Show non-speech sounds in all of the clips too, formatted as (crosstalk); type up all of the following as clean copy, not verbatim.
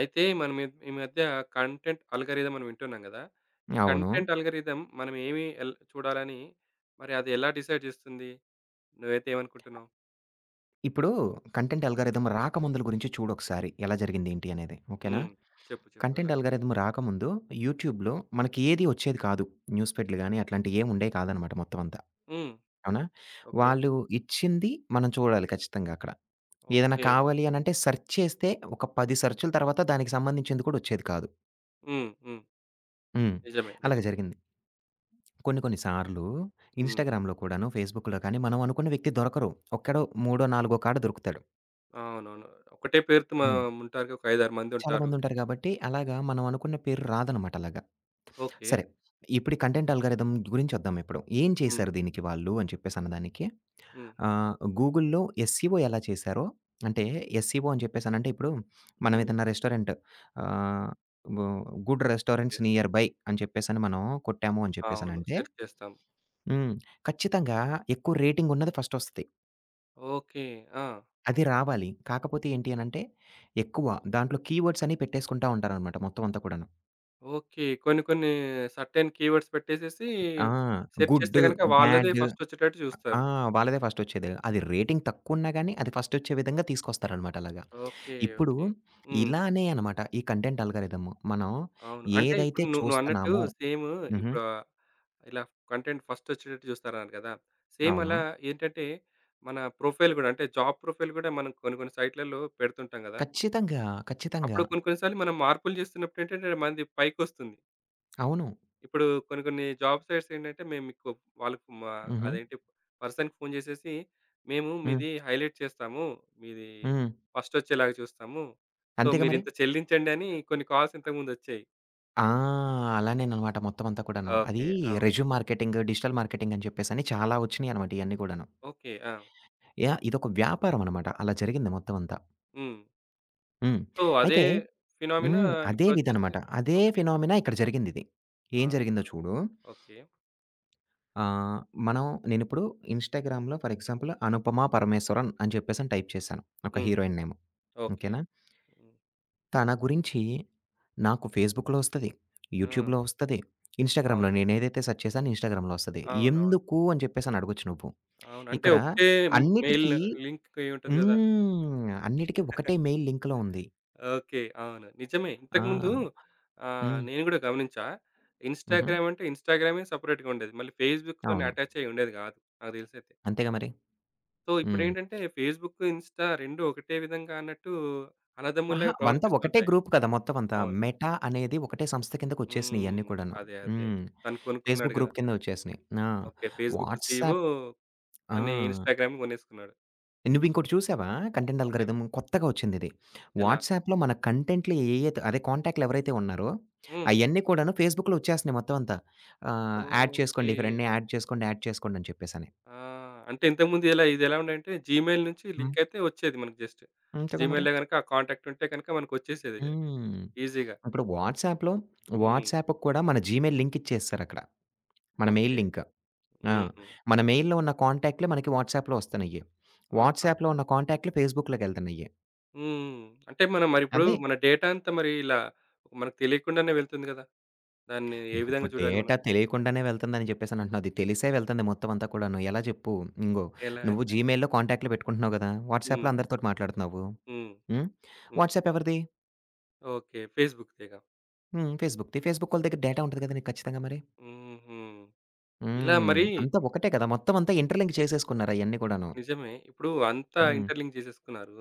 అయితే మనం ఈ ఈ మధ్య కంటెంట్ అల్గారిథం అని వింటున్నాం కదా! ఈ అవును. కంటెంట్ అల్గారిథం మనం ఏమి ఎల్ చూడాలని మరి అది ఎలా డిసైడ్ చేస్తుంది? నువ్వైతే ఏమనుకుంటున్నావు? ఇప్పుడు కంటెంట్ హ్మ్. అల్గారిథం రాకముందుల గురించి చూడొకసారి. ఎలా జరిగింది ఏంటి అనేది. ఓకేనా? హ్మ్. చెప్పు. చెప్పు కంటెంట్ ఎలా? అల్గారిథం రాకముందు యూట్యూబ్‌లో మనకి ఏది వచ్చేది కాదు. న్యూస్ ఫీడ్‌లు గాని అట్లాంటియి ఏమి ఉండేవి కాదనమాట మొత్తం అంతా. హ్మ్. అవునా? ఓకే. వాళ్ళు ఇచ్చింది మనం చూడాలి ఖచ్చితంగా అక్కడ. ఏదైనా ఓకే. కావాలి అనంటే సెర్చ్ చేస్తే ఒక 10 సెర్చుల తర్వాత దానికి సంబంధించింది కూడా వచ్చేది కాదు. హ్మ్. హ్మ్. హ్మ్. నిజమే. అలాగ నిజమే. జరిగింది. కొన్ని కొన్ని సార్లు హ్మ్. ఇన్‌స్టాగ్రామ్‌లో కూడాను, ఫేస్‌బుక్‌లో కానీ మనం అనుకున్న వ్యక్తి దొరకరు. ఒక్కడో మూడో, నాలుగో కాడ దొరుకుతాడు. అవునవును. ఒకటే పేరుతో మా హ్మ్. ఉంటారు. ఒక 5, 6 చాలా మందుంటారు. మందుంటారు గాబట్టి, అలాగా మనం అనుకున్న పేరు రాదనమాట అలాగా. ఓకే. సరే. ఇప్పుడు ఈ కంటెంట్ అల్గారిథం గురించొద్దాం ఇప్పుడు. ఏం హ్మ్. చేశారు దీనికి వాళ్ళు అని చెప్పేసన్నదానికి, హ్మ్. ఆహ్, గూగుల్‌లో ఎస్‌ఈఓ ఎలా చేశారో, అంటే ఎస్‌ఈఓ అని చెప్పేసనంటే ఇప్పుడు మనం హ్మ్. ఏదన్నా రెస్టారెంట్ ఆహ్, గు good okay. Restaurants nearby అని చెప్పేసని మనం కొట్టాము అని అవును. చెప్పేసనంటే సెర్చ్ చేస్తాం. హ్మ్. ఖచ్చితంగా ఎక్కువ రేటింగ్ ఉన్నది ఫస్టొస్తది. ఓకే. ఆ! అది రావాలి. కాకపోతే ఏంటి అనంటే, ఎక్కువ దాంట్లో కీవర్డ్స్ అనేయి పెట్టేసుకుంటా ఉంటారనమాట మొత్తం అంతా కూడాను. ఓకే. కొన్ని కొన్ని సర్టెన్ కీవర్డ్స్ పెట్టేసేసి ఆ! సెర్చ్ చేస్తే గుడ్, గనుక వాళ్ళదే బ్యాడ్ ఫస్టొచ్చేటట్టు ఆ! చూస్తారు. వాళ్ళదే ఫస్టొచ్చేది. అది రేటింగ్ తక్కువున్నా గాని, అది ఫస్టొచ్చే విధంగా తీసుకొస్తారనమాట అలాగా. ఓకే. ఇప్పుడు ఓకే. హ్మ్. ఇలానే అనమాట ఈ కంటెంట్ అల్గారిథమ్. మనం అవును. అంటే ఇప్పుడు ఏదైతే నువ్వన్నట్టు చూస్తున్నామో సేమ్ హుహు. ఇప్పుడు ఇలా కంటెంట్ ఫస్టొచ్చేటట్టు చూస్తారన్నారు కదా! సేమ్ అవును. అలా ఏంటంటే మన ప్రొఫైల్ గూడా అంటే జాబ్ ప్రొఫైల్ గూడా మనం కొన్ని కొన్ని సైట్‌లలో పెడుతుంటాం గదా! ఖచ్చితంగా. ఖచ్చితంగా. అప్పుడు కొన్ని కొన్ని సార్లు మనం మార్పులు చేస్తున్నప్పుడేంటంటే మనది పైకొస్తుంది. అవును. ఇప్పుడు కొన్ని కొన్ని జాబ్ సైట్స్ ఏంటంటే మేము మీకు వాళ్ళకు మా హుహు. అదేంటి పర్సన్‌కి ఫోను చేసేసి, "మేము హ్మ్. మీది హైలైట్ చేస్తాము. మీది హ్మ్. ఫస్ట్ వచ్చేలాగా చూస్తాము. సో, అంతేగా మరి. మీరింత చెల్లించండి" అని కొన్ని కాల్స్ ఇంతకుముందొచ్చాయి. ఆ! అలానేననమాట మొత్తం అంతా కూడాను. అది ఓకే. ఆ! రెజ్యూమ్ మార్కెటింగ్, డిజిటల్ మార్కెటింగ్ అని చెప్పేసని చాలా వచ్చినియనమాట ఇయన్నీ కూడాను. ఓకే. ఆ! యాహ్! ఇదొక వ్యాపారం అనమాట. అలా జరిగింది మొత్తం అంతా. హ్మ్. హ్మ్. సో, అదే అయితే ఫినామినా హ్మ్. అదే ఇప్పుడొచ్చేసి ఇదనమాట. అదే ఓకే. ఫినామినా ఇక్కడ జరిగిందిది. ఏం ఆహా! జరిగిందో చూడు. ఓకే. ఆహ్, మనం నేనిప్పుడు ఇన్‌స్టాగ్రామ్‌లో ఫర్ ఎగ్జాంపుల్ 'అనుపమ పరమేశ్వరన్' అని చెప్పేసని టైప్ చేశాను. ఒక హ్మ్. Heroine name. ఓకే. ఓకేనా? హ్మ్. తన గురించి నాకు ఫేస్‌బుక్‌లో ఒస్తది. ఆ! యూట్యూబ్‌లో ఒస్తది. అవును. ఇన్‌స్టాగ్రామ్‌లో నేనేదైతే సెర్చ్ చేశానో ఇన్‌స్టాగ్రామ్‌లో ఒస్తది. అవునవును. అవును. ఎందుకు అని చెప్పేసని అడగొచ్చు నువ్వు. అవును అంటే ఇక్కడ ఒకటే మెయిల్ అన్నిటికి లింక్ అయ్యుంటది గదా! హ్మ్. అన్నిటికి ఒకటే మెయిల్ లింక్‌లో ఉంది. ఓకే. అవును. నిజమే. ఇంతకుముందు ఆ! హ్మ్. నేను గూడా గమనించా. హుహు. ఇన్‌స్టాగ్రామ్ అంటే ఇన్‌స్టాగ్రామే సెపరేట్‌గా ఉండేది. మళ్ళీ ఫేస్‌బుక్‌తోని అవును. అటాచ్ అయ్యి ఉండేది గాదు. నాకు తెలిసైతే. అంతేగా మరి. సో, హ్మ్. ఇప్పుడేంటంటే ఫేస్‌బుక్, ఇన్‌స్టా 2 ఒకటే విధంగా అన్నట్టు అహా! అన్నదమ్ముల్లాగా అంతా ఒకటే ప్రవర్తిస్తుంటాయి. గ్రూప్ కదా! మొత్తం అంతా. అవును. మెటా అనేది ఒకటే సంస్థ కిందకొచ్చేసినియి హ్మ్. ఇయన్నీ కూడాను. అదే. అదే. హ్మ్. తను కొనుక్కున్నాడు ఫేస్‌బుక్ గదా! గ్రూప్ కింద వచ్చేసినియి. ఆ! ఓకే. ఫేస్‌బుక్ సీఈఓ వాట్సాప్ ఆ! తని ఇన్‌స్టాగ్రామ్ కొనేసుకున్నాడు. నువ్వింకోటి చూసావా? Content okay. అల్గారిథమ్ కొత్తగా వచ్చిందిది. ఎలా? వాట్సాప్‌లో మన కంటెంట్‌లు ఏయైతే అదే కాంటాక్ట్‌లు ఎవరైతే ఉన్నారో, హ్మ్. అయన్నీ కూడాను ఫేస్‌బుక్‌లో వచ్చేస్తున్నాయి మొత్తం అంతా. Add okay. చేసుకోండి. ఫ్రెండ్‌ని యాడ్ చేసుకోండి, యాడ్ చేసుకోండి అని చెప్పేసని. ఆ! అంటే ఇంతకుముందు ఎలా ఇదెలా ఉండంటే జీమెయిల్ నుంచి హ్మ్. లింక్ అయితే వచ్చేది మనకు జస్ట్. అంతేగా మరి. జీమెయిల్‌లో గనుక ఆ కాంటాక్ట్ ఉంటే గనుక మనకొచ్చేసేది హ్మ్. ఈజీగా. ఇప్పుడు హ్మ్. వాట్సాప్‌కి కూడా మన జీమెయిల్ లింక్ ఇచ్చేసేసారక్కడ. మన మెయిల్ ఓకే. లింక్. ఆ! హుహు. మన మెయిల్‌లో ఉన్న కాంటాక్ట్‌లే మనకి వాట్సాప్‌లో వస్తన్నయ్యి. ఆహా! వాట్సాప్‌లో ఉన్న కాంటాక్ట్‌లు ఫేస్‌బుక్‌లోకెళ్తన్నయ్యి. హ్మ్. అంటే మనం మరిప్పుడు అదే మన డేటా అంతా మరి ఇలా మనకు తెలియకుండానే వెళ్తుంది గదా! దాన్ని ఏ నువ్వు విధంగా చూడాలి మనం? డేటా తెలియకుండానే వెళ్తుందని చెప్పేసనంటున్నావు. అది తెలిసే వెళ్తుంది మొత్తం అంతా కూడాను. ఎలా చెప్పు? ఇంగో ఎలా? నువ్వు ఎలా? జీమెయిల్‌లో కాంటాక్ట్‌లు పెట్టుకుంటున్నావు గదా! హ్మ్. వాట్సాప్‌లో అందరితోటి మాట్లాడుతున్నావు. హ్మ్. హ్మ్. హ్మ్. వాట్సాప్ ఎవరిది? ఓకే. ఫేస్‌బుక్ తెగ. హ్మ్. ఫేస్‌బుక్‌ది. ఫేస్‌బుక్ వాళ్ళ దగ్గర డేటా ఉంటది గదా! నీకు ఖచ్చితంగా మరి. హుహు. ఇలా హ్మ్. మరి అంతా ఒకటే కదా! మొత్తం అంతా ఇంటర్‌లింక్ చేసేసుకున్నారు అయన్నీ కూడాను. నిజమే. ఇప్పుడు అంతా హ్మ్. ఇంటర్‌లింక్ జేసేసుకున్నారు.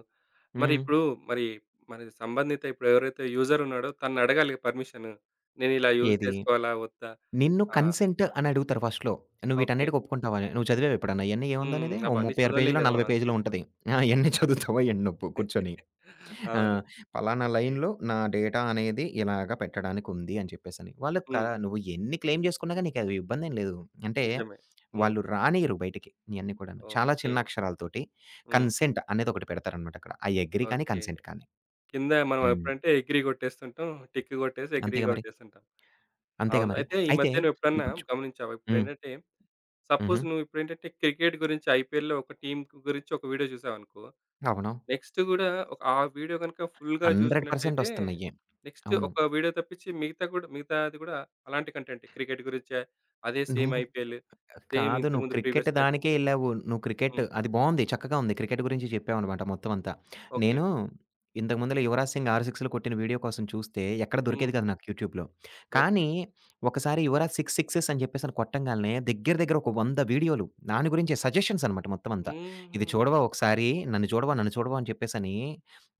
మరి హ్మ్. ఇప్పుడు మరి, మరి సంబంధిత ఇప్పుడు ఎవరైతే యూజర్ ఉన్నాడో తనడగాలి పర్మిషను. నేనిలా యూజ్ ఏది? చేసుకోవాలా? వద్దా? నిన్ను ఆ! కన్సెంట్ అని అడుగుతారు ఫస్ట్‌లో. నువ్వు ఓకే. వీటన్నిటికి ఒప్పుకుంటావా? నువ్వు చదివావా ఎప్పుడన్నా? ఇయన్నీ హ్మ్. ఏముందనేది? ఓ అవన్నీ 36 చదవలేం పేజీలో, గదా! 40 మనం అంత పేజీలో ఈజీగా. ఉంటది. ఆ! ఇయన్నీ (laughs) చదువుతావా? ఇయన్నీ నువ్వు కూర్చొని. ఆ! అవును. పలానా ఓకే. లైన్‌లో నా డేటా అనేది ఇలాగ పెట్టడానికుంది అని చెప్పేసని. వాళ్ళు హ్మ్. నువ్వు ఎన్ని క్లెయిమ్ చేసుకున్నా గాని నీకది ఇబ్బందేం లేదు. అంటే నిజమే. హ్మ్. వాళ్ళు రానీయరు బయటికి ఇయన్నీ కూడాను. చాలా ఓకే. చిన్న అక్షరాలతోటి హ్మ్. కన్సెంట్ అనేది ఒకటి పెడతారనమాట అక్కడ. ఐ అగ్రీ కానీ, ఓకే. కన్సెంట్ కానీ. కింద మనం హ్మ్. ఎప్పుడంటే అగ్రీ గొట్టేస్తుంటాం. టిక్ గొట్టేసి అగ్రీ అంతేగా మరి. గొట్టేస్తుంటాం. అంతేగా అవును. మరి. అయితే ఈ అయితే మధ్య నువ్వెప్పుడన్నా ఇప్పుడు గమనించావా? హ్మ్. ఇప్పుడేంటంటే హుహు. సపోజ్ నువ్విప్పుడేంటంటే క్రికెట్ గురించి ఐపీఎల్‌లో ఒక టీమ్ గురించి ఒక వీడియో చూసావనుకో, అవును. నెక్స్ట్ గూడా ఒక ఆ వీడియో గనుక ఫుల్‌గా 100% చూసినట్టయితే, ఒస్తున్నాయి. నెక్స్ట్ అవును. ఒక వీడియో తప్పించి మిగతా కూడా మిగతాది కూడా అలాంటి కంటెంటే. క్రికెట్ గురించే అదే సేమ్ నువ్వు ఐపీఎల్. సేమ్ కాదు నువ్వు ఇంతకుముందు క్రికెట్ ప్రీవియస్ దానికే మ్యాచెస్. ఎళ్ళావు. నువ్వు క్రికెట్ హ్మ్. అది బావుంది. చక్కగా ఉంది. క్రికెట్ గురించి చెప్పావనమాట మొత్తం అంతా. ఓకే. నేను ఇంతకు ముందుల 'యువరాజ్ సింగ్' 6 సిక్స్‌లు కొట్టిన వీడియో కోసం చూస్తే ఎక్కడ దొరికేది హ్మ్. కాదు నాకు యూట్యూబ్‌లో. ఓకే. కానీ ఒకసారి 'యువరాజ్ సిక్స్ సిక్సెస్' అని చెప్పేసి అని కొట్టంగాల్నే దగ్గర దగ్గర ఒక 100 వీడియోలు దాని గురించే సజెషన్స్ అనమాట మొత్తం అంతా. హుహు. ఇది చూడవా ఒకసారి, నన్ను చూడవా, నన్ను చూడవా అని చెప్పేసని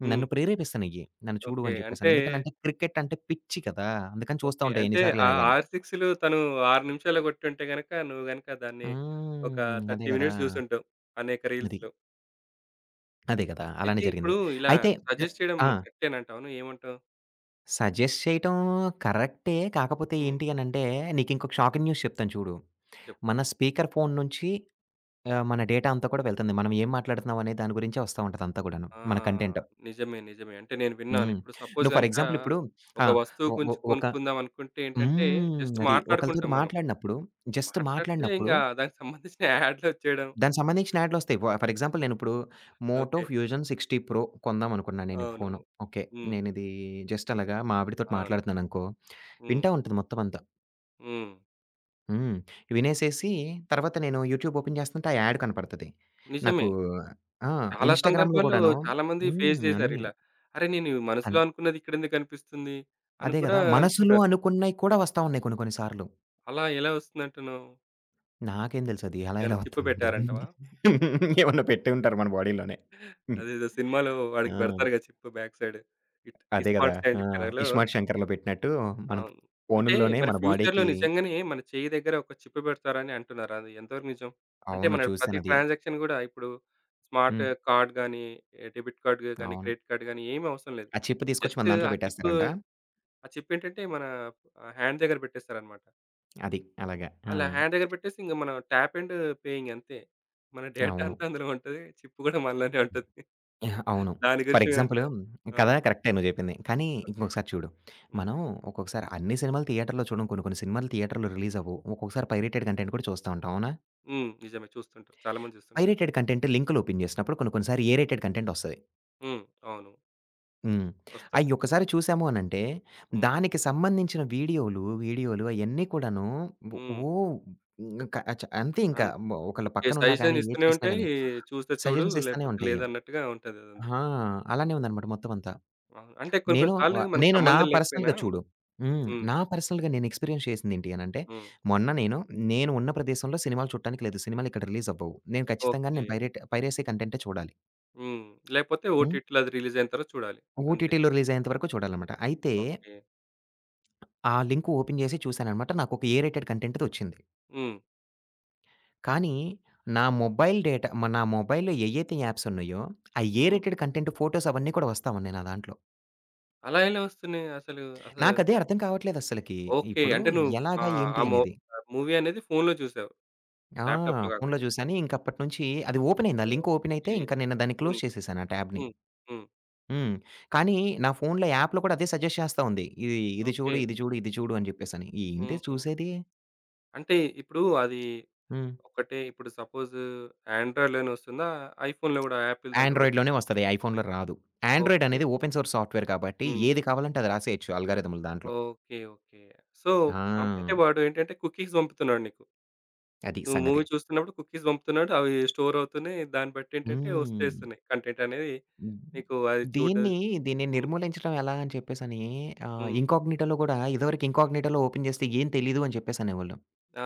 హ్మ్. నన్ను ప్రేరేపిస్తన్నయ్యి. నన్ను చూడు ఓకే. అని చెప్పేసని. అంటే ఎందుకనంటే క్రికెట్ అంటే పిచ్చి కదా! అందుకని చూస్తా ఓకే. ఉంటా ఎన్ని అంటే ఆ సార్లయినా గాని. 6 6లు తను 6 నిమిషాల్లో కొట్టుంటే గనక, నువ్వు గనక దాన్ని ఒక హ్మ్. అదే 30 గదా! మినిట్స్ చూసుంటావు అనేక అది. రీల్స్‌లో. అదే గదా! అలానే అయితే జరిగింది. ఇప్పుడు ఇలా అయితే సజెస్ట్ చేయడం ఆ! కరెక్టేనంటావా? నువ్వేమంటావు? సజెస్ట్ చేయటం కరెక్టే. కాకపోతే హ్మ్. ఏంటి అనంటే, నీకింకొక హ్మ్. షాకింగ్ న్యూస్ చెప్తాను చూడు. చెప్పు. మన స్పీకర్ ఫోన్ నుంచి మన డేటా అంతా కూడా వెళ్తుంది. మనం ఏం మాట్లాడుతున్నాం అనే దాని గురించే వస్తా ఉంటది అంతా గూడాను. ఆ! మన కంటెంట్. నిజమే. నిజమే. అంటే నేను విన్నాను. హ్మ్. ఇప్పుడు సపోజ్ నువ్వు ఫర్ గనుక ఎగ్జాంపుల్ ఇప్పుడు ఆ! ఒక వస్తువు ఒ ఒ గురించి ఒక కొనుక్కుందాం అనుకుంటే ఏంటంటే, హ్మ్. జస్ట్ అది ఒకళ్ళతోటి మాట్లాడుకుంటాం మనం. మాట్లాడినప్పుడు, జస్ట్ మాట్లాడితే ఇంక మాట్లాడినప్పుడు దానికి సంబంధించిన యాడ్‌లొచ్చేయడం. దానికి సంబంధించిన యాడ్‌లొస్తాయి. ఫర్ ఎగ్జాంపుల్ నేనిప్పుడు 'మోటో ఓకే. ఫ్యూజన్ 60 ప్రో' కొందామనుకున్నా నేను ఈ అవును. ఫోను. ఓకే. హ్మ్. నేనిది జస్ట్ అలాగా మా ఆవిడతోటి అవును. మాట్లాడుతున్నాననుకో, హ్మ్. వింటా ఉంటది మొత్తమంతా. హ్మ్. హ్మ్. వినేసేసి తర్వాత నేను యూట్యూబ్ ఓపెన్ చేస్తుంటే ఆ యాడ్ కనపడతది. నాకు నిజమే. ఆ! చాలా ఇన్‌స్టాగ్రామ్‌లో సందర్భాల్లో గూడాను చాలామంది ఫేస్ హ్మ్. అన్నీ చేశారిలా. అరే! నేను అన్ మనసులో అనుకున్నది ఇక్కడెందుకు కనిపిస్తుంది? అని అదే కూడా గదా! మనసులో అనుకుంటారు. అనుకున్నయి కూడా వస్తా ఉన్నాయి కొన్ని కొన్ని సార్లు. అలా ఎలా వస్తుందంటున్నావు? నాకేం తెలుసది అలా ఎలా ఏమైనా చిప్ వత్తుందంటే పెట్టారంటవా? (laughs) ఏమన్నా పెట్టుంటారు మన బాడీలోనే. హ్మ్. అదేదో సినిమాలో వాడికి ఆ! పెడతారుగా చిప్ బ్యాక్ సైడ్. ఇట్ అదే గదా! ఇస్మార్ట్ ఆ! సైడ్ కలర్‌లో 'ఇస్మార్ట్ శంకర్‌లో' పెట్టినట్టు మన అవును. అంటే ఫోనుల్లోనే మరి మన ఫ్యూచర్‌లో బాడీకి నిజంగానే మన చెయ్యి దగ్గర ఒక చిప్ పెడతారని అంటున్నారు. అది ఎంతవరకు నిజం? అంటే అవును. మన ప్రతి చూసానది. ట్రాన్సాక్షన్ గూడా ఇప్పుడు స్మార్ట్ హ్మ్. కార్డ్ గానీ, ఏ డెబిట్ కార్డ్ గానీ, అవును. క్రెడిట్ కార్డ్ గానీ ఏమి అవసరం లేదు. ఆ చిప్ తీసుకొచ్చి జస్ట్ మన దాంట్లో ఆ చిప్ పెట్టేస్తారంట. ఆ చిప్ ఏంటంటే మన హ్యాండ్ దగ్గర పెట్టేస్తారనమాట. అది. అలాగా. ఆ! అలా హ్యాండ్ దగ్గర పెట్టేసి ఇంక మనం ట్యాప్ అండ్ పేయింగ్ అంతే. మన డేటా అవును. అంతా అందులో ఉంటది. చిప్ గూడా మనలోనే ఉంటది. యాహ్! అవును. దాని ఫర్ గురించి ఎగ్జాంపుల్ మీరంటే ఆ! కదా! కరెక్టే నువ్వు జెప్పింది. కానీ ఓకే. ఇంకొకసారి చూడు. హ్మ్. మనం ఒక్కొక్కసారి అన్ని సినిమాలు థియేటర్‌లో చూడం. కొన్ని కొన్ని సినిమాలు థియేటర్‌లో రిలీజ్ అవ్వవు. ఒక్కొక్కసారి పైరేటెడ్ కంటెంట్ కూడా చూస్తా ఉంటాం. అవునా? హ్మ్. నిజమే చూస్తుంటారు. చాలా మంది చూస్తుంటారు. పైరేటెడ్ కంటెంట్ లింకులు ఓపెన్ జేసినప్పుడు కొన్ని కొన్ని సారి ఏ రేటెడ్ కంటెంట్ ఒస్తది. హ్మ్. అవును. హ్మ్. అయి వస్తుంటాయి. ఒక్కసారి చూసాము అనంటే, హ్మ్. దానికి సంబంధించిన వీడియోలు, వీడియోలు అయన్నీ కూడాను హ్మ్. ఓ ఇంక అంతే ఇంకా అండ్ ఒకళ్ళ ఓకే. పక్కనున్నా సజెషన్ గాని, ఏది ఇస్తూనే చేసినా ఉంటాయి. గాని, చూస్తే చూడు సజెషన్స్ ఇస్తానే లేకపోతే ఉంటాయి. లేదన్నట్టుగా ఉంటది అదంతా. ఆ! అలానే ఉందనమాట మొత్తం అంతా. అవును. అంటే కొన్ని కొన్ని సార్లు మనకు నేను నా సంబంధం లేకపోయినా పర్సనల్‌గా చూడు హ్మ్. హ్మ్. నా పర్సనల్‌గా నేను ఎక్స్‌పీరియన్స్ చేసిందేంటి అనంటే, హ్మ్. మొన్న నేను, నేను ఉన్న ప్రదేశంలో సినిమాలు చూడటానికి లేదు. సినిమాలు ఇక్కడ రిలీజ్ అవ్వవు. నేను ఖచ్చితంగా ఓకే. నేను పైరసీ కంటెంటే చూడాలి. హ్మ్. లేకపోతే హ్మ్. ఓటీటీలో అది రిలీజ్ అయిన తర్వాత చూడాలి. అంతే. ఓటీటీలో రిలీజ్ అయ్యేంత వరకు చూడాలనమాట. అయితే ఓకే. ఆ లింక్ ఓపెన్ చేసి చూశాననమాట. నాకొక ఏ రేటెడ్ కంటెంట్‌ది వచ్చింది. హ్మ్. కానీ, నా మొబైల్‌లో ఏయైతే యాప్స్ ఉన్నాయో, ఆ ఏ హ్మ్. రేటెడ్ కంటెంట్ ఫోటోస్ అవన్నీ కూడా వస్తా ఉన్నాయి నా దాంట్లో. అలా ఎలా వస్తున్నాయి అసలు? అసలు నాకదే అర్థం కావట్లేదు అస్సలకి. ఓకే. ఇప్పుడు అంటే నువ్వు ఎలాగా? ఆ ఏంటి? మూ అనేది. మూవీ అనేది ఫోన్‌లో చూసావు. ఆ! ల్యాప్‌టాప్‌లో ఫోన్‌లో కాకుండా. చూశాను. ఇంక అప్పటినుంచి అది ఓపెన్ అయింది. ఆ లింక్ ఓపెన్ అయితే ఓకే. ఇంక నేను దాన్ని హ్మ్. క్లోజ్ చేసేసాను ఆ ట్యాబ్‌ని. హ్మ్. హ్మ్. హ్మ్. కానీ, నా ఫోన్‌లో యాప్‌లో కూడా అదే సజెస్ట్ చేస్తా ఉంది. ఇది ఇది ఓకే. చూడు, ఇది చూడు, ఇది చూడు అని చెప్పేసని. ఏంటి హుహు. చూసేది? అంటే ఇప్పుడు అది హ్మ్. ఒకటే ఇప్పుడు సపోజ్ ఆండ్రాయిడ్‌లోనే వస్తుందా? ఐఫోన్‌లో గూడా యాపిల్ దాంట్లో గూడా ఆండ్రాయిడ్‌లోనే వస్తుందా? వస్తది. ఐఫోన్‌లో రాదు. Android okay. అనేది ఓపెన్ సోర్స్ సాఫ్ట్‌వేర్ కాబట్టి హ్మ్. ఏది కావాలంటే అది రాసేయొచ్చు అల్గారిథములు దాంట్లో. ఓకే. ఓకే. సో, అంటే ఆ! వాడు ఏంటంటే కుకీస్ పంపుతున్నాడు నీకు. అది నువ్వు సంగతి. మూవీ చూస్తున్నప్పుడు కుకీస్ పంపుతున్నాడు. అవి స్టోర్ అవుతున్నాయి. దాన్ని బట్టి ఏంటంటే హ్మ్. వస్తేస్తున్నాయి. కంటెంట్ అనేది నీకు అది చూడ దీన్ని, దీన్ని హ్మ్. నిర్మూలించడం ఎలా అని చెప్పేసని హ్మ్. ఇన్‌కాగ్నిటోలో గూడా ఇదివరకు ఇన్‌కాగ్నిటోలో ఓపెన్ జేస్తే ఏం తెలీదు అని చెప్పేసనేవాళ్ళు. ఆ!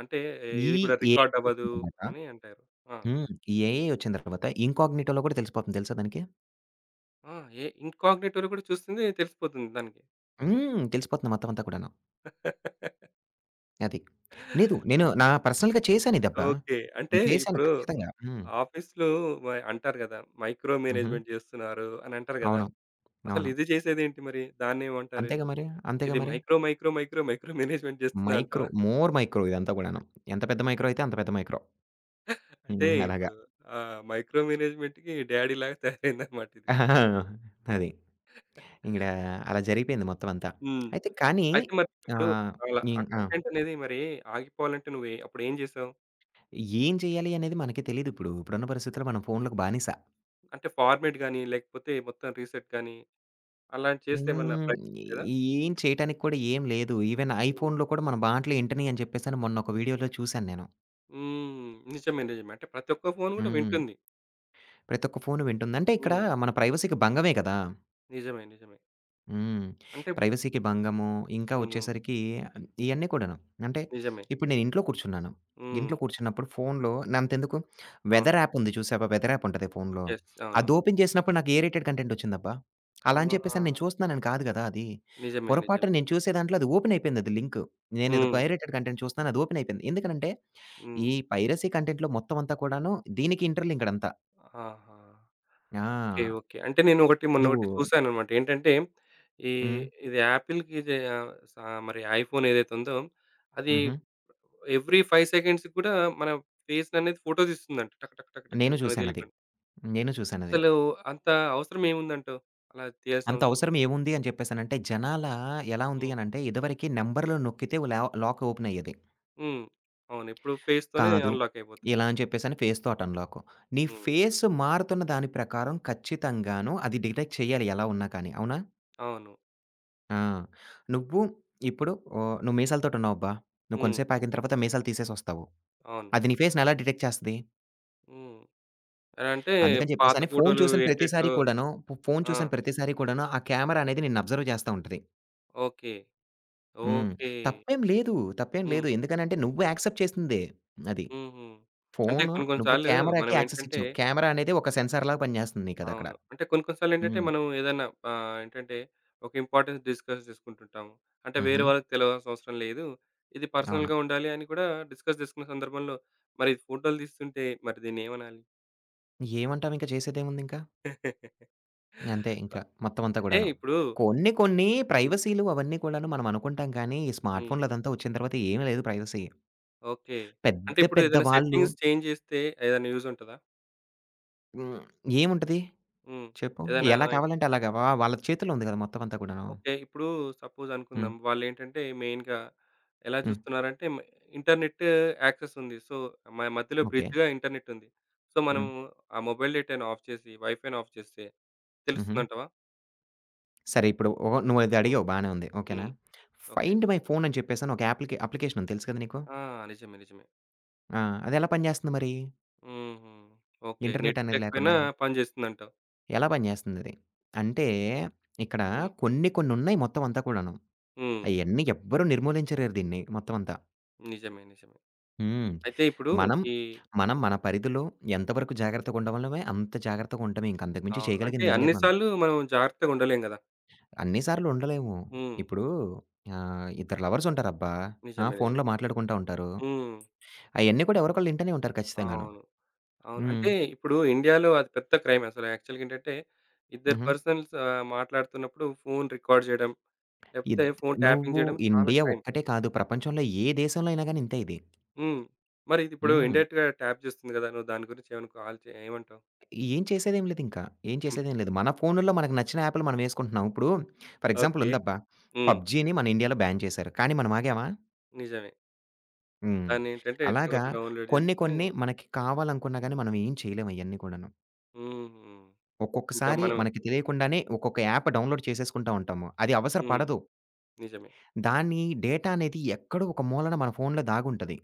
అంటే ఇది ఈ కూడా ఏఐ రికార్డ్ వచ్చిన అవ్వదు తర్వాత అని అంటారు. ఆ! హ్మ్. ఈ ఏఐ వచ్చిన తర్వాత ఇన్‌కాగ్నిటోలో గూడా తెలిసిపోతుంది తెలుసా దానికి? ఆ! ఏ ఇన్‌కాగ్నిటోలో కూడా చూస్తుంది తెలిసిపోతుంది దానికి. హ్మ్. తెలిసిపోతుంది మొత్తం అంతా కూడాను. అది. లేదు. నేను నా పర్సనల్‌గా చేశాను ఇదబ్బా. ఓకే. అంటే నేను చేశాను ఇప్పుడు ఖచ్చితంగా. హ్మ్. ఆఫీస్‌లో మ అంటారు గదా! మైక్రో హుహు. మేనేజ్‌మెంట్ జేస్తున్నారు అని అంటారు గదా! అవును. అసలు అవును. ఇది జేసేదేంటి మరి? దాన్నేమంటారు? అంతేగా మరి. అంతేగా ఇది మరి. Micro, micro, micro, micro management micro, జేస్తుందంటావా? మోర్ మైక్రో ఇదంతా గూడాను. ఎంత పెద్ద మైక్రో అయితే అంత పెద్ద మైక్రో. అంటే హ్మ్. అలాగా. ఇప్పుడు మైక్రో మేనేజ్‌మెంట్‌కి డ్యాడీలాగా తయారైందనమాట ఇది. (laughs) అది. ఇక్కడ అలా జరిగిపోయింది మొత్తం అంతా. హ్మ్. అయితే కానీ అయితే మరి ఇప్పుడు ఆహ్, అలా ఆ ఆ! కంటెంట్ అనేది మరి ఆగిపోవాలంటే నువ్వే అప్పుడేం జేసావు? ఏం చేయాలి అనేది మనకి తెలీదిప్పుడు. ఇప్పుడున్న పరిస్థితుల్లో మనం ఫోన్‌లకు బానిస. అంటే ఫార్మాట్ గాని, లేకపోతే మొత్తం రీసెట్ గాని అలాంటి హ్మ్. చేసేమన్నా హ్మ్. ప్రయత్నం లేదా? ఏం చేయటానికి కూడా ఏం లేదు. ఈవెన్ హ్మ్. ఐఫోన్‌లో కూడా మన మాటలు ఇంటన్నయి అని చెప్పేసని మొన్న ఒక వీడియోలో చూసాను నేను. హ్మ్. నిజమే. నిజమే. అంటే ప్రతి ఒక్క ఫోను గూడా హ్మ్. వింటుంది. ప్రతి ఒక్క ఫోను వింటుంది. అంటే ఇక్కడ హ్మ్. మన ప్రైవసీకి భంగమే కదా! నిజమే. నిజమే. హ్మ్. అంటే ప్రైవసీకి భంగము. ఇంకా హ్మ్. వచ్చేసరికి ఇయన్నీ కూడాను. అంటే నిజమే. ఇప్పుడు నేను ఇంట్లో కూర్చున్నాను. హ్మ్. ఇంట్లో కూర్చున్నప్పుడు ఫోన్‌లో అంతెందుకు అవును. వెదర్ యాప్ ఉంది చూసావా? వెదర్ యాప్ ఉంటది ఫోన్‌లో. యెస్. అది అవునవును. ఓపెన్ చేసినప్పుడు నాకు ఏ రేటెడ్ కంటెంట్ వచ్చిందబ్బా! అలా అని ఆహా! చెప్పేసని నేను చూస్తున్నానని కాదు కదా! అది. నిజమే. నిజమే. పొరపాటున నేను చూసే దాంట్లో అది ఓపెన్ అయిపోయింది అది లింక్. నేనేదో హ్మ్. పైరేటెడ్ కంటెంట్ చూస్తున్నాను అది ఓపెన్ అయిపోయింది. ఎందుకనంటే హ్మ్. ఈ పైరసీ కంటెంట్‌లో మొత్తం అంతా కూడాను దీనికి ఇంటర్‌లింక్‌డ్ అంతా. ఆహా! ఓకే. ఆ! ఓకే. అంటే నేను ఒకటి మొన్న నువ్వు ఒకటి చూసానన్నమాట. ఏంటంటే ఈ హ్మ్. ఇది యాపిల్‌కి ఇది స మరి ఐఫోన్ ఏదైతే ఉందో అది హుహు. ఎవ్రీ 5 సెకండ్స్‌కి కూడా మన ఫేస్‌ననేది ఫోటో తీస్తుందంట. టక్ టక్ టక్ టక్ అని నేను మనకు చూసానది. తెలియకుండా. నేను చూసానది. అసలు అంత అవసరం ఏముందంటావు? అలా తీయాల్సిన అంత అవసరం. అవసరం ఏముంది అని చెప్పేసనంటే, జనాల ఎలా ఉంది హ్మ్. అనంటే, ఇదివరకి నంబర్‌లు నొక్కితే లాక్ ఓపెన్ అయ్యేది. హ్మ్. అవును. ఇప్పుడు ఫేస్‌తోనే కాదు. అన్‌లాక్ అయిపోతుంది. ఇలా అని చెప్పేసని ఫేస్‌తో అటు అన్‌లాక్. నీ హ్మ్. ఫేస్ మారుతున్న దాని ప్రకారం ఖచ్చితంగాను అది డిటెక్ట్ చేయాలి ఎలా ఉన్నా కానీ. అవునా? అవును. ఆ! నువ్వు ఇప్పుడు ఓహ్, నువ్వు మీసాలతోటున్నావబ్బా! నువ్వు హ్మ్. కొంతసేపు ఆగిన తర్వాత మీసాలు తీసేసొస్తావు. అవును. అది నీ ఫేస్‌ని ఎలా డిటెక్ట్ చేస్తది? హ్మ్. ఎలా అంటే అందుకని పాత చెప్పేసని ఫోను ఫోటోలు చూసిన ఏంటేంటో ప్రతిసారి కూడాను, ఫోను ఆ! చూసిన ప్రతిసారి కూడాను ఆ కెమెరా అనేది నిన్ను అబ్జర్వ్ చేస్తా ఉంటది. ఓకే. హ్మ్. ఓకే. తప్పేం లేదు. తప్పేం హ్మ్. లేదు. ఎందుకనంటే నువ్వు యాక్సెప్ట్ చేసిందే. అది. హుహు. అంటే ఫోను కొన్ని కొన్ని నువ్వు సార్లు కెమెరాకి యాక్సెస్ మనమేంటంటే ఇచ్చావు. కెమెరా అనేది ఒక సెన్సార్‌లాగా పనిచేస్తుంది నీకదక్కడ. అవును. అంటే కొన్ని కొన్ని సార్లేంటంటే హ్మ్. మనం ఏదైనా ఏంటంటే ఒక ఇంపార్టెన్స్ డిస్కస్ చేసుకుంటుంటాము. అంటే వేరే హుహు. వాళ్ళకి తెలవాల్సిన అవసరం లేదు. ఇది అవును. పర్సనల్‌గా ఉండాలి అని కూడా డిస్కస్ చేసుకున్న సందర్భంలో మరి ఫోటోలు తీస్తుంటే మరి దీన్నేమనాలి? ఏమంటావింక చేసేదేముందింక? అ (laughs) అంతే ఇంక మొత్తం అంతా అంటే గూడాను. ఇప్పుడు కొన్ని కొన్ని హ్మ్. ప్రైవసీలు అవన్నీ కూడాను మనం అనుకుంటాం కానీ, ఈ స్మార్ట్ హ్మ్. ఫోన్లు అదంతా వచ్చిన తర్వాత ఏమి లేదు ప్రైవసీ. ఓకే. అంటే పెద్ద ఇప్పుడు పెద్ద ఏదైనా వాళ్ళు సెట్టింగ్స్ చేంజ్ చేస్తే ఏదైనా యూజ్ ఉంటదా? హ్మ్. ఏముంటది హ్మ్. చెప్పు? ఏదైనా ఎలా కావాలంటే అలాగా వాళ్ళ చేతుల్లో ఉంది గదా! మొత్తం అంతా కూడాను. ఓకే. ఇప్పుడు సపోజ్ హ్మ్. అనుకుందాం. వాళ్ళేంటంటే మెయిన్‌గా ఎలా హ్మ్. చూస్తున్నారంటే మ ఇంటర్నెట్ యాక్సెస్ ఉంది. సో, మ మధ్యలో ఓకే. బ్రిడ్జ్‌గా ఇంటర్నెట్ ఉంది. సో, మనము హ్మ్. ఆ మొబైల్ డేటాను ఆఫ్ చేసి, వైఫైని ఆఫ్ చేస్తే హుహు. తెలుస్తుందంటావా? సరే ఇప్పుడు ఓహ్! నువ్వది హ్మ్. అడిగావు బానే ఉంది. ఓకేనా? హ్మ్. ఓకే. ఫైండ్ మై ఫోన్ అని చెప్పేసని ఒక అప్లికేషన్ ఉంది తెలుసు కదా నీకు? ఆ! నిజమే. నిజమే. ఆ! అదెలా పనిచేస్తుంది మరి? హుహు. ఓకే. నెట్ ఇంటర్నెట్ అనేది లేకపోయినా లేకుండా? పనిచేస్తుందంటావు. ఎలా పనిచేస్తుందది? అంటే ఇక్కడ హ్మ్. కొన్ని కొన్నున్నాయి మొత్తం అంతా కూడాను. హ్మ్. అయన్నీ ఎవ్వరు నిర్మూలించలేరు దీన్ని మొత్తం అంతా. నిజమే. నిజమే. హ్మ్. అయితే ఇప్పుడు మనం, ఈ మనం మన పరిధిలో ఎంతవరకు జాగ్రత్తగుండగలమే అంత జాగ్రత్తగుంటమే. ఇంక అంతకు మించి అవును. అంటే చేయగలిగిందేం అన్ని లేదు మనం. సార్లు మనం జాగ్రత్తగా ఉండలేం గదా! అన్ని సార్లు ఉండలేము. హ్మ్. ఇప్పుడు ఇద్దరు లవర్సుంటారబ్బా! ఆ! నిజమే. నిజమే. ఫోన్‌లో మాట్లాడుకుంటా ఉంటారు. హ్మ్. అయన్నీ కూడా ఎవరొకళ్ళు వింటనే ఉంటారు ఖచ్చితంగాను. అవును. అవును. హ్మ్. అంటే ఇప్పుడు ఇండియాలో అది పెద్ద క్రైమ్ అసలు యాక్చువల్‌గా ఏంటంటే, ఇద్దరు హుహు. పర్సన్స్ మాట్లాడుతున్నప్పుడు ఫోన్ రికార్డ్ చేయడం, లేకపోతే ఇద్ ఫోన్ ట్యాపింగ్ నువ్వు చేయడం చాలా ఇండియా క్రైమ్. ఒక్కటే కాదు ప్రపంచంలో ఏ దేశంలో అయినా గాని ఇంతే ఇది. హ్మ్. మరి ఇది ఇప్పుడు హ్మ్. ఇండైరెక్ట్‌గా ట్యాప్ చేస్తుంది కదా! నువ్వు దాని గురించి ఏమనుకో ఆలోచి ఏమంటావు? ఏం చేసేదేం లేదింకా. ఏం హ్మ్. చేసేదేం లేదు. మన ఫోనుల్లో మనకు నచ్చిన యాప్‌లు మనం యేసుకుంటున్నాం. ఇప్పుడు ఫర్ ఎగ్జాంపుల్ ఓకే. ఉందబ్బా. హ్మ్. 'పబ్‌జీని' మన ఇండియాలో బ్యాన్ చేశారు. కానీ మనం ఆగామా? నిజమే. హ్మ్. దాన్ని ఏంటంటే ఎట్లో అలాగా గట్ల డౌన్‌లోడ్ కొన్ని చేసుకొని కొన్ని మనకి కావాలనుకున్నా గాని మనం ఏం చేయలేం అయన్నీ కూడాను. హుహు. ఇంకా ఒక్కొక్కసారి మనం మనకి తెలియకుండానే ఒక్కొక్క యాప్ డౌన్‌లోడ్ చేసేసుకుంటా ఉంటాము. అది అవసర హ్మ్. పడదు. నిజమే. దాని డేటా అనేది ఎక్కడో ఒక మూలన మన ఫోన్‌లో దాగుంటది.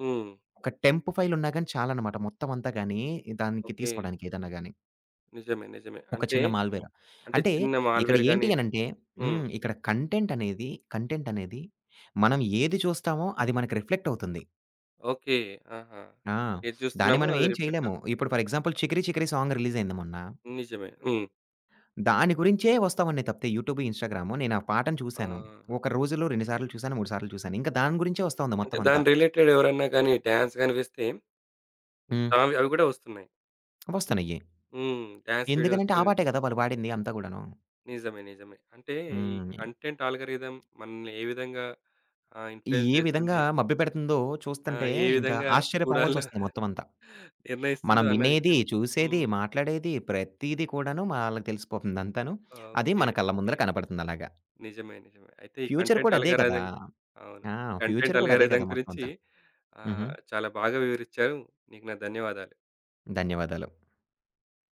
హ్మ్. ఒక టెంప్ ఫైల్ ఉన్నా గాని చాలనమాట మొత్తం అంతా గాని దానికి ఓకే. తీసుకోవడానికి ఏదన్నా గాని. నిజమే. నిజమే. ఒక అంటే, చిన్న మాల్‌వేర్. అంటే అంటే చిన్న ఇక్కడ మాల్‌వేర్ ఏంటి గాని అనంటే హ్మ్. హ్మ్. కంటెంట్ అనేది మనం ఏది చూస్తామో అది మనకు రిఫ్లెక్ట్ అవుతుంది. ఓకే. ఆహా! ఆ! ఏది దాన్ని చూస్తున్నామో మనం అది ఏం రిఫ్లెక్ట్ చేయలేము. అవుతుంది. ఇప్పుడు for example 'Chikiri Chikiri' song release అయింది మొన్న. నిజమే. హ్మ్. దాని గురించే వస్తా ఉన్నాయి తప్పితే యూట్యూబ్, ఇన్‌స్టాగ్రామ్ నేను ఆ పాటను చూసాను. ఆహ్, ఒక రోజులో 2 సార్లు చూసాను, 3 సార్లు చూసాను. ఇంకా దాని గురించే వస్తా ఉంది అంటే మొత్తం అంతా. దాని రిలేటెడ్ ఎవరన్నా గాని డాన్స్ గాని వేస్తే హ్మ్. దావి అవి గూడా వస్తున్నాయి. వస్తున్నాయి. హ్మ్. డాన్స్ వీడియోస్ ఎందుకనంటే ఆ పాటే గదా! వాళ్ళు పాడింది అంతా గూడాను. నిజమే. నిజమే. అంటే ఈ హ్మ్. కంటెంట్ ఆల్‌గారిథం మనల్ని ఏ విధంగా ఇన్‌ఫ్లుయెన్స్ ఏ విధంగా చేస్తుంది? మభ్యపెడుతుందో చూస్తంటే ఏ ఇంకా విధంగా చూడాలో ఆశ్చర్యపోవాల్సొస్తుంది మొత్తం అంతా. (laughs) మనం నిర్ణయిస్తుందో అన్న వినేది, విషయం చూసేది, హ్మ్. మాట్లాడేది ప్రతీది కూడాను వాళ్ళకి తెలిసిపోతుంది అంతాను. అది ఓకే. మన కళ్ళ ఓకే. ముందర కనపడుతుంది అలాగా. నిజమే. నిజమే. అయితే ఈ ఫ్యూచర్ కంటెంట్ కూడా అదే కదా! ఆల్‌గారిథం అవును. ఆ! ఫ్యూచర్ కంటెంట్ కూడా అదే ఆల్‌గారిథం కదా! మొత్తం గురించి అంతా. హుహు. చాలా బాగా వివరిచ్చారు. నీకు నా ధన్యవాదాలు. ధన్యవాదాలు.